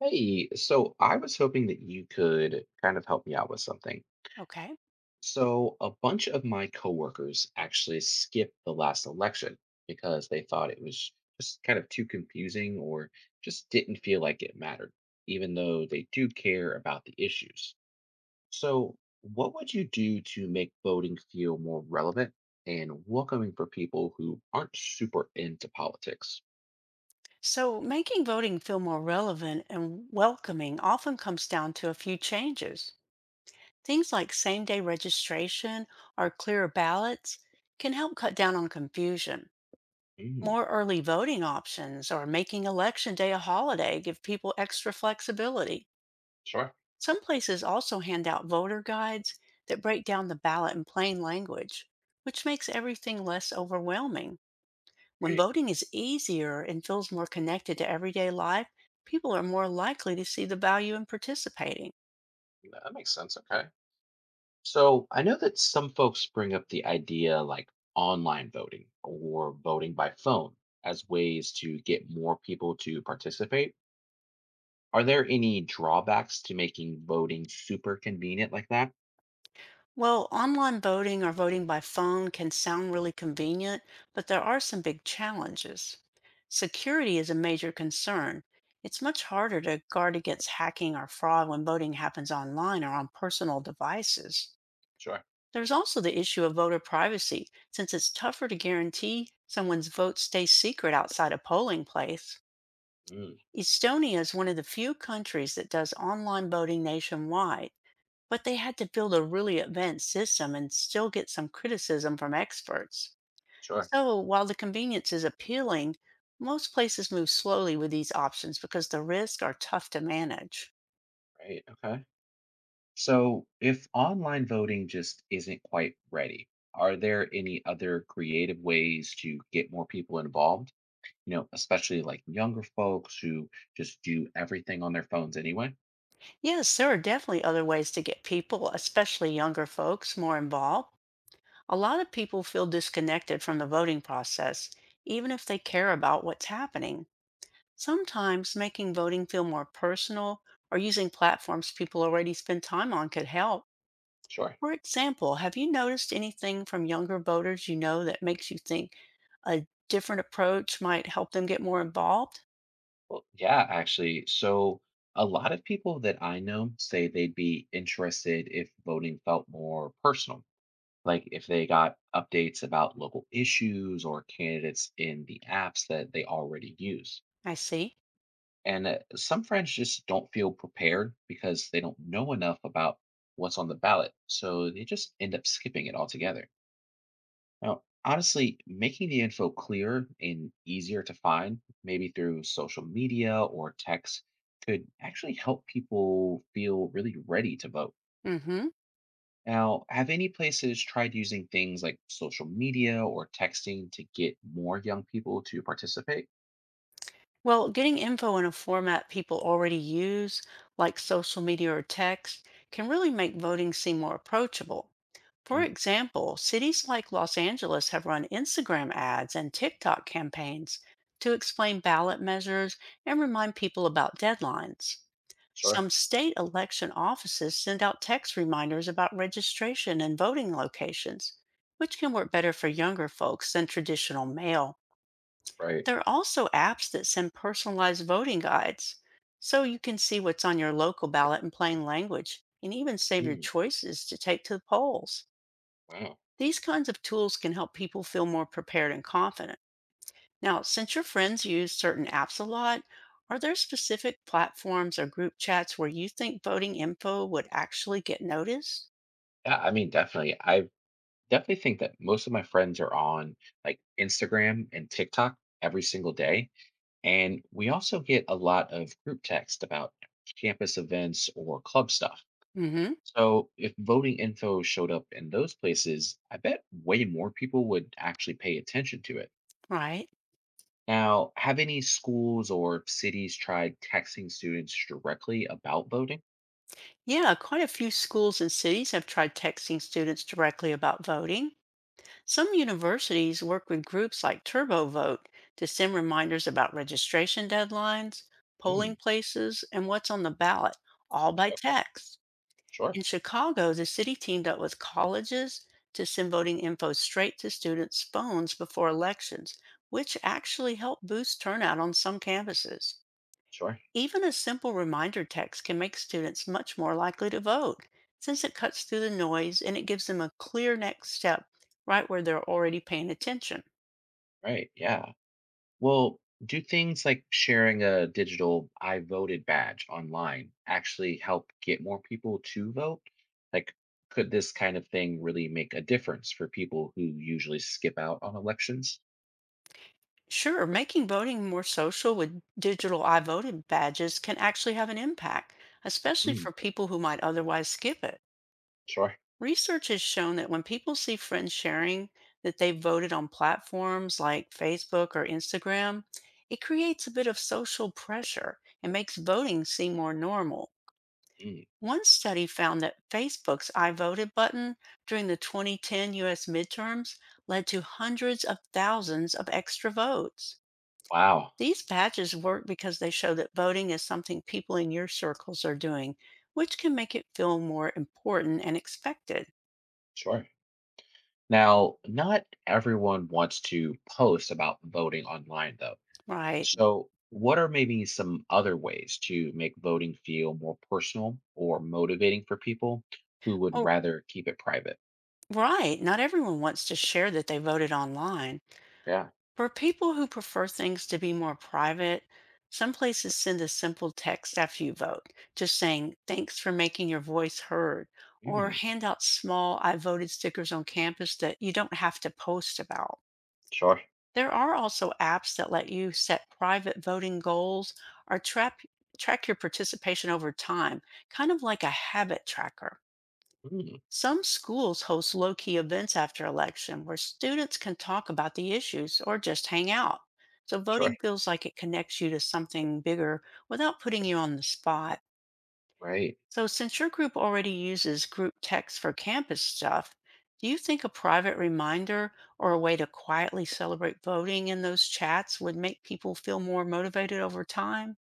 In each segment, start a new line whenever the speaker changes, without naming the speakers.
Hey, so I was hoping that you could kind of help me out with something.
Okay.
So, a bunch of my coworkers actually skipped the last election because they thought it was just kind of too confusing or just didn't feel like it mattered, even though they do care about the issues. So, what would you do to make voting feel more relevant and welcoming for people who aren't super into politics?
So making voting feel more relevant and welcoming often comes down to a few changes. Things like same day registration or clearer ballots can help cut down on confusion.
Mm,
More early voting options or making election day a holiday give people extra flexibility.
sure.
Some places also hand out voter guides that break down the ballot in plain language, which makes everything less overwhelming. When
Great.
voting is easier and feels more connected to everyday life, people are more likely to see the value in participating.
That makes sense. Okay. So I know that some folks bring up the idea like online voting or voting by phone as ways to get more people to participate. Are there any drawbacks to making voting super convenient like that?
Well, online voting or voting by phone can sound really convenient, but there are some big challenges. Security is a major concern. It's much harder to guard against hacking or fraud when voting happens online or on personal devices.
Sure.
There's also the issue of voter privacy, since it's tougher to guarantee someone's vote stays secret outside a polling place.
Mm,
Estonia is one of the few countries that does online voting nationwide, but they had to build a really advanced system and still get some criticism from experts.
sure.
So, while the convenience is appealing, most places move slowly with these options because the risks are tough to manage.
Right. Okay. So if online voting just isn't quite ready, are there any other creative ways to get more people involved? Especially like younger folks who just do everything on their phones anyway?
Yes, there are definitely other ways to get people, especially younger folks, more involved. A lot of people feel disconnected from the voting process, even if they care about what's happening. Sometimes making voting feel more personal or using platforms people already spend time on could help.
Sure.
For example, have you noticed anything from younger voters you know that makes you think a different approach might help them get more involved?
Well, yeah, actually. So a lot of people that I know say they'd be interested if voting felt more personal, like if they got updates about local issues or candidates in the apps that they already use.
I see.
And some friends just don't feel prepared because they don't know enough about what's on the ballot. So they just end up skipping it altogether. Now, honestly, making the info clear and easier to find, maybe through social media or text, could actually help people feel really ready to vote.
Mm hmm.
Now, have any places tried using things like social media or texting to get more young people to participate?
Well, getting info in a format people already use, like social media or text, can really make voting seem more approachable. For
Mm,
example, cities like Los Angeles have run Instagram ads and TikTok campaigns to explain ballot measures and remind people about deadlines.
sure.
Some state election offices send out text reminders about registration and voting locations, which can work better for younger folks than traditional mail.
Right.
There are also apps that send personalized voting guides, so you can see what's on your local ballot in plain language and even save your
Mm,
choices to take to the polls.
wow.
These kinds of tools can help people feel more prepared and confident. Now, since your friends use certain apps a lot, are there specific platforms or group chats where you think voting info would actually get noticed?
Yeah, I mean, definitely. I definitely think that most of my friends are on like Instagram and TikTok every single day. And we also get a lot of group text about campus events or club stuff.
Mm-hmm.
So if voting info showed up in those places, I bet way more people would actually pay attention to it.
Right.
Now, have any schools or cities tried texting students directly about voting?
Yeah, quite a few schools and cities have tried texting students directly about voting. Some universities work with groups like TurboVote to send reminders about registration deadlines,
Mm,
polling places, and what's on the ballot, all by
okay,
text.
sure,
In Chicago, the city teamed up with colleges to send voting info straight to students' phones before elections, which actually helped boost turnout on some campuses.
sure.
Even a simple reminder text can make students much more likely to vote since it cuts through the noise and it gives them a clear next step right where they're already paying attention.
Right, yeah. Well, do things like sharing a digital I voted badge online actually help get more people to vote? Like, could this kind of thing really make a difference for people who usually skip out on elections?
Sure, making voting more social with digital I voted badges can actually have an impact, especially
Mm,
for people who might otherwise skip it.
sure.
Research has shown that when people see friends sharing that they voted on platforms like Facebook or Instagram, it creates a bit of social pressure and makes voting seem more normal.
Mm,
One study found that Facebook's I voted button during the 2010 US midterms led to hundreds of thousands of extra votes.
wow.
These badges work because they show that voting is something people in your circles are doing, which can make it feel more important and expected.
Sure. Now, not everyone wants to post about voting online, though.
Right.
So, what are maybe some other ways to make voting feel more personal or motivating for people who would
Oh,
rather keep it private?
right. Not everyone wants to share that they voted online.
Yeah.
For people who prefer things to be more private, some places send a simple text after you vote, just saying, thanks for making your voice heard, or
Mm,
hand out small I voted stickers on campus that you don't have to post about.
sure.
There are also apps that let you set private voting goals or track your participation over time, kind of like a habit tracker.
Mm,
Some schools host low key events after election where students can talk about the issues or just hang out. So
sure.
voting feels like it connects you to something bigger without putting you on the spot.
Right.
So, since your group already uses group text for campus stuff, do you think a private reminder or a way to quietly celebrate voting in those chats would make people feel more motivated over time?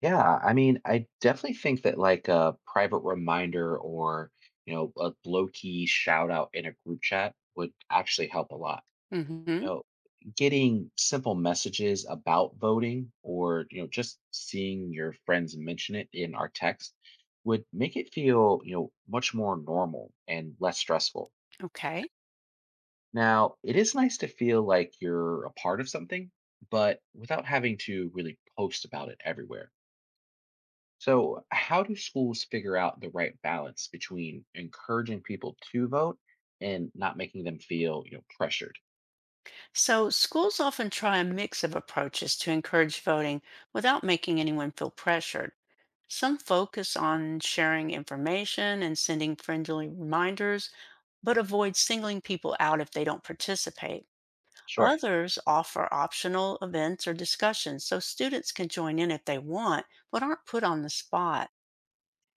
Yeah. I mean, I definitely think that like a private reminder or, a low key shout out in a group chat would actually help a lot.
Hmm.
You know, getting simple messages about voting or, just seeing your friends mention it in our text would make it feel much more normal and less stressful.
Okay.
Now, it is nice to feel like you're a part of something, but without having to really post about it everywhere. So, how do schools figure out the right balance between encouraging people to vote and not making them feel pressured?
So, schools often try a mix of approaches to encourage voting without making anyone feel pressured. Some focus on sharing information and sending friendly reminders, but avoid singling people out if they don't participate.
Sure.
Others offer optional events or discussions so students can join in if they want, but aren't put on the spot.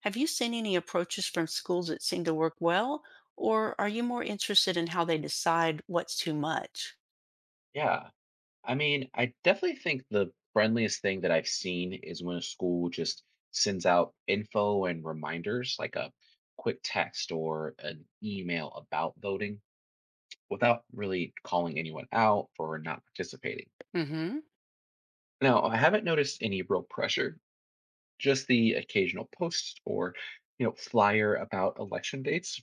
Have you seen any approaches from schools that seem to work well, or are you more interested in how they decide what's too much?
Yeah. I mean, I definitely think the friendliest thing that I've seen is when a school just sends out info and reminders, like a quick text or an email about voting without really calling anyone out for not participating.
Hmm.
Now, I haven't noticed any real pressure, just the occasional post or, flyer about election dates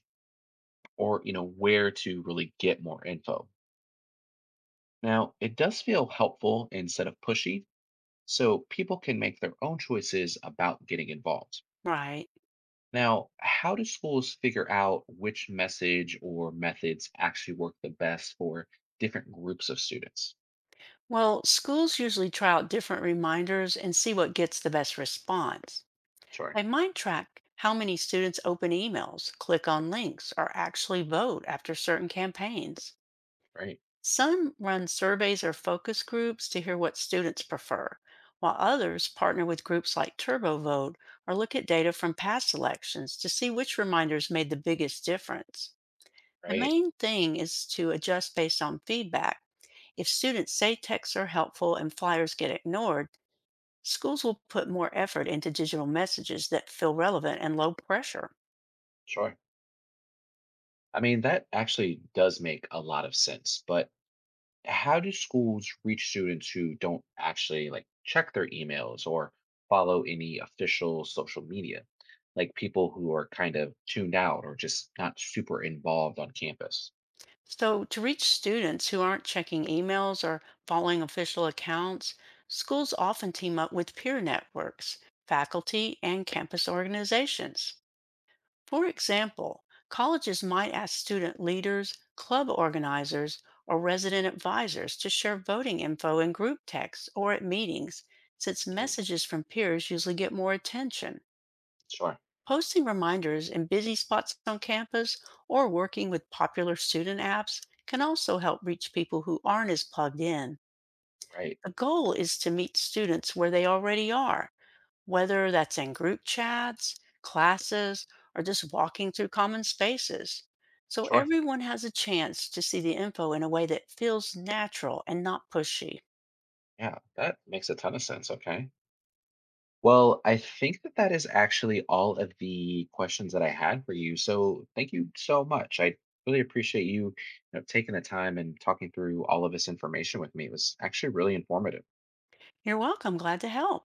or, where to really get more info. Now, it does feel helpful instead of pushy, so people can make their own choices about getting involved.
Right.
Now, how do schools figure out which message or methods actually work the best for different groups of students?
Well, schools usually try out different reminders and see what gets the best response.
Sure.
They might track how many students open emails, click on links, or actually vote after certain campaigns.
Right.
Some run surveys or focus groups to hear what students prefer, while others partner with groups like TurboVote or look at data from past elections to see which reminders made the biggest difference. The
Right.
main thing is to adjust based on feedback if students say texts are helpful and flyers get ignored, schools will put more effort into digital messages that feel relevant and low pressure.
Sure. I mean, that actually does make a lot of sense, but how do schools reach students who don't actually like check their emails or follow any official social media? Like people who are kind of tuned out or just not super involved on campus.
So, to reach students who aren't checking emails or following official accounts, schools often team up with peer networks, faculty, and campus organizations. For example, colleges might ask student leaders, club organizers, or resident advisors to share voting info in group texts or at meetings, since
Mm,
messages from peers usually get more attention.
sure.
Posting reminders in busy spots on campus or working with popular student apps can also help reach people who aren't as plugged in.
Right.
The goal is to meet students where they already are whether that's in group chats, classes, or just walking through common spaces. So
Sure.
everyone has a chance to see the info in a way that feels natural and not pushy.
Yeah. That makes a ton of sense. Okay. Well, I think that that is actually all of the questions that I had for you. So thank you so much. I really appreciate you, taking the time and talking through all of this information with me. It was actually really informative.
You're welcome. Glad to help.